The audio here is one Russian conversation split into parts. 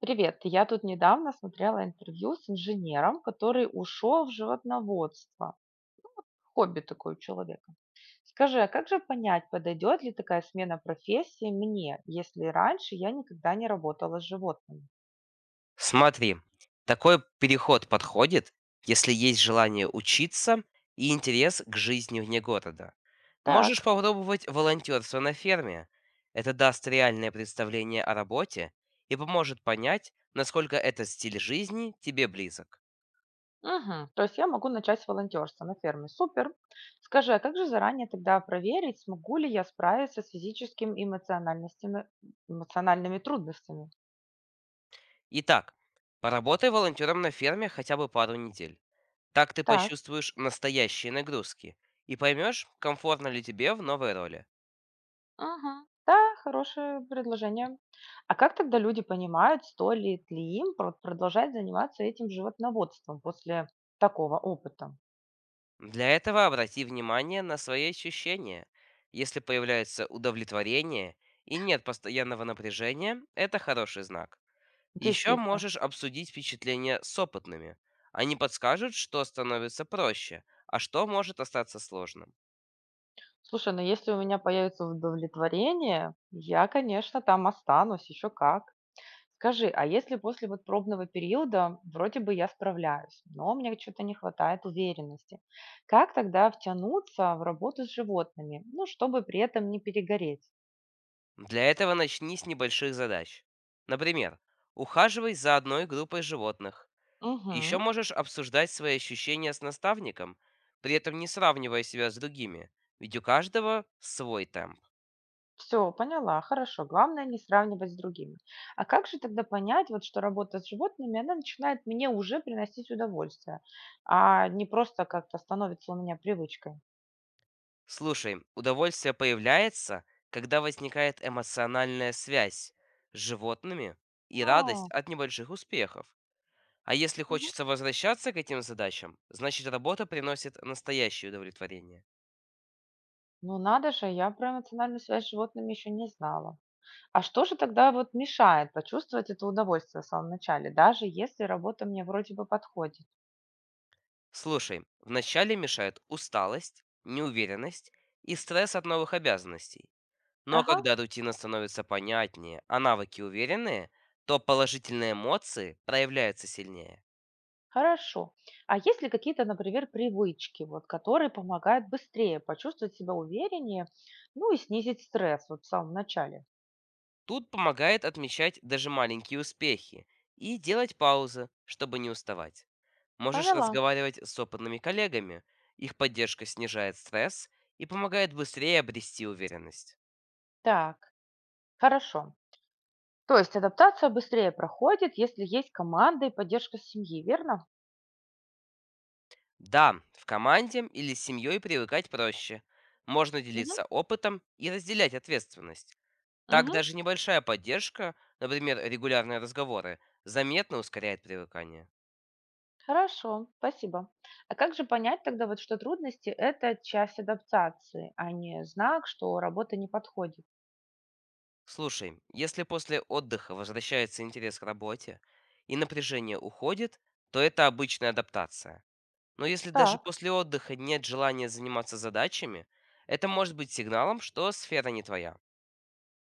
Привет, я тут недавно смотрела интервью с инженером, который ушел в животноводство. Хобби такое у человека. Скажи, а как же понять, подойдет ли такая смена профессии мне, если раньше я никогда не работала с животными? Смотри, такой переход подходит, если есть желание учиться и интерес к жизни вне города. Можешь Так, попробовать волонтерство на ферме. Это даст реальное представление о работе и поможет понять, насколько этот стиль жизни тебе близок. мгм, то есть я могу начать с волонтерства на ферме. Супер. Скажи, а как же заранее тогда проверить, смогу ли я справиться с физическими и эмоциональными трудностями? Итак, поработай волонтером на ферме хотя бы пару недель. Так ты Так. почувствуешь настоящие нагрузки и поймешь, комфортно ли тебе в новой роли. Мгм. Да, хорошее предложение. А как тогда люди понимают, стоит ли им продолжать заниматься этим животноводством после такого опыта? Для этого обрати внимание на свои ощущения. Если появляется удовлетворение и нет постоянного напряжения, это хороший знак. Еще Действительно. можешь обсудить впечатления с опытными. Они подскажут, что становится проще, а что может остаться сложным. Слушай, ну если у меня появится удовлетворение, я, конечно, там останусь, еще как. Скажи, а если после вот пробного периода вроде бы я справляюсь, но мне что-то не хватает уверенности, как тогда втянуться в работу с животными, ну, чтобы при этом не перегореть? Для этого начни с небольших задач. Например, ухаживай за одной группой животных. Еще Угу. можешь обсуждать свои ощущения с наставником, при этом не сравнивая себя с другими, ведь у каждого свой темп. Все, поняла, хорошо. Главное не сравнивать с другими. А как же тогда понять, вот, что работа с животными, она начинает мне уже приносить удовольствие, а не просто как-то становится у меня привычкой? Слушай, удовольствие появляется, когда возникает эмоциональная связь с животными и А, радость от небольших успехов. А если мгм. хочется возвращаться к этим задачам, значит работа приносит настоящее удовлетворение. Ну надо же, я про эмоциональную связь с животными еще не знала. А что же тогда вот мешает почувствовать это удовольствие в самом начале, даже если работа мне вроде бы подходит? Слушай, вначале мешает усталость, неуверенность и стресс от новых обязанностей. Но Ага. когда рутина становится понятнее, а навыки уверенные, то положительные эмоции проявляются сильнее. Хорошо. А есть ли какие-то, например, привычки, вот, которые помогают быстрее почувствовать себя увереннее, ну и снизить стресс вот в самом начале? Тут помогает отмечать даже маленькие успехи и делать паузы, чтобы не уставать. Можешь Поняла. разговаривать с опытными коллегами, их поддержка снижает стресс и помогает быстрее обрести уверенность. Так, хорошо. То есть адаптация быстрее проходит, если есть команда и поддержка семьи, верно? Да, в команде или с семьей привыкать проще. Можно Мгм. делиться опытом и разделять ответственность. Так Угу, даже небольшая поддержка, например, регулярные разговоры, заметно ускоряет привыкание. хорошо, спасибо. А как же понять тогда, вот, что трудности– это часть адаптации, а не знак, что работа не подходит? Слушай, если после отдыха возвращается интерес к работе и напряжение уходит, то это обычная адаптация. Но если даже Так. после отдыха нет желания заниматься задачами, это может быть сигналом, что сфера не твоя.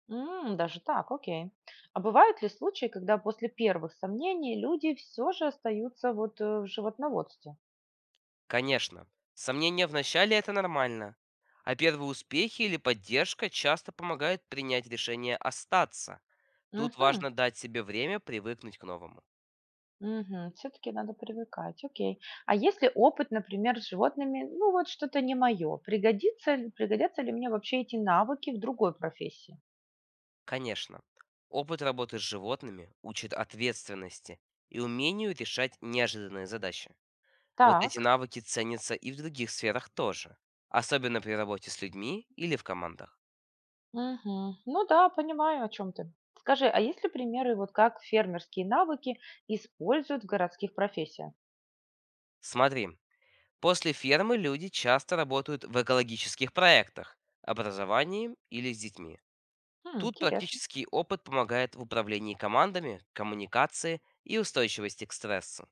М, даже так, окей. А бывают ли случаи, когда после первых сомнений люди все же остаются вот в животноводстве? Конечно, сомнения в начале это нормально. А первые успехи или поддержка часто помогают принять решение остаться. Тут Угу, важно дать себе время привыкнуть к новому. угу, все-таки надо привыкать, окей. А если опыт, например, с животными, ну вот что-то не мое, пригодятся ли мне вообще эти навыки в другой профессии? Конечно, опыт работы с животными учит ответственности и умению решать неожиданные задачи. Вот эти Так, навыки ценятся и в других сферах тоже, особенно при работе с людьми или в командах. угу. Ну да, понимаю, о чем ты. Скажи, а есть ли примеры, вот как фермерские навыки используют в городских профессиях? Смотри, после фермы люди часто работают в экологических проектах, образовании или с детьми. Хм, Тут интересно. практический опыт помогает в управлении командами, коммуникации и устойчивости к стрессу.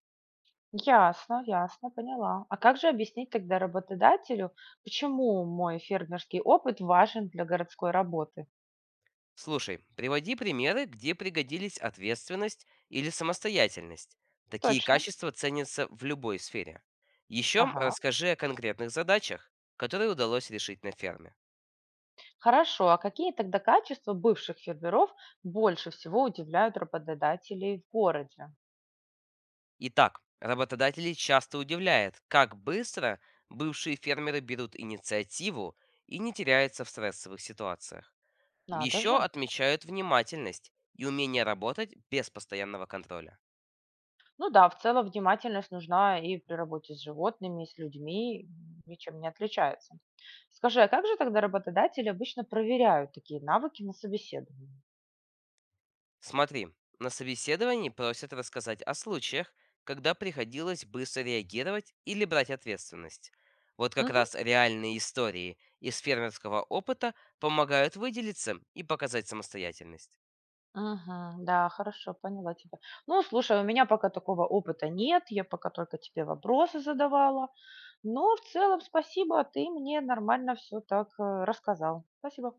Ясно, ясно, поняла. А как же объяснить тогда работодателю, почему мой фермерский опыт важен для городской работы? Слушай, приводи примеры, где пригодились ответственность или самостоятельность. Такие Точно. качества ценятся в любой сфере. Еще Ага. расскажи о конкретных задачах, которые удалось решить на ферме. Хорошо. А какие тогда качества бывших фермеров больше всего удивляют работодателей в городе? Итак, работодателей часто удивляет, как быстро бывшие фермеры берут инициативу и не теряются в стрессовых ситуациях. Надо Еще же. отмечают внимательность и умение работать без постоянного контроля. Ну да, в целом внимательность нужна и при работе с животными, и с людьми, м, ничем не отличается. Скажи, а как же тогда работодатели обычно проверяют такие навыки на собеседовании? Смотри, на собеседовании просят рассказать о случаях, когда приходилось быстро реагировать или брать ответственность. Вот как раз реальные истории из фермерского опыта помогают выделиться и показать самостоятельность. Мгм. Да, хорошо, поняла тебя. Ну, слушай, у меня пока такого опыта нет, я пока только тебе вопросы задавала. Но в целом спасибо, а ты мне нормально все так рассказал. Спасибо.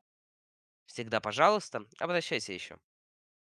Всегда, пожалуйста, обращайся еще.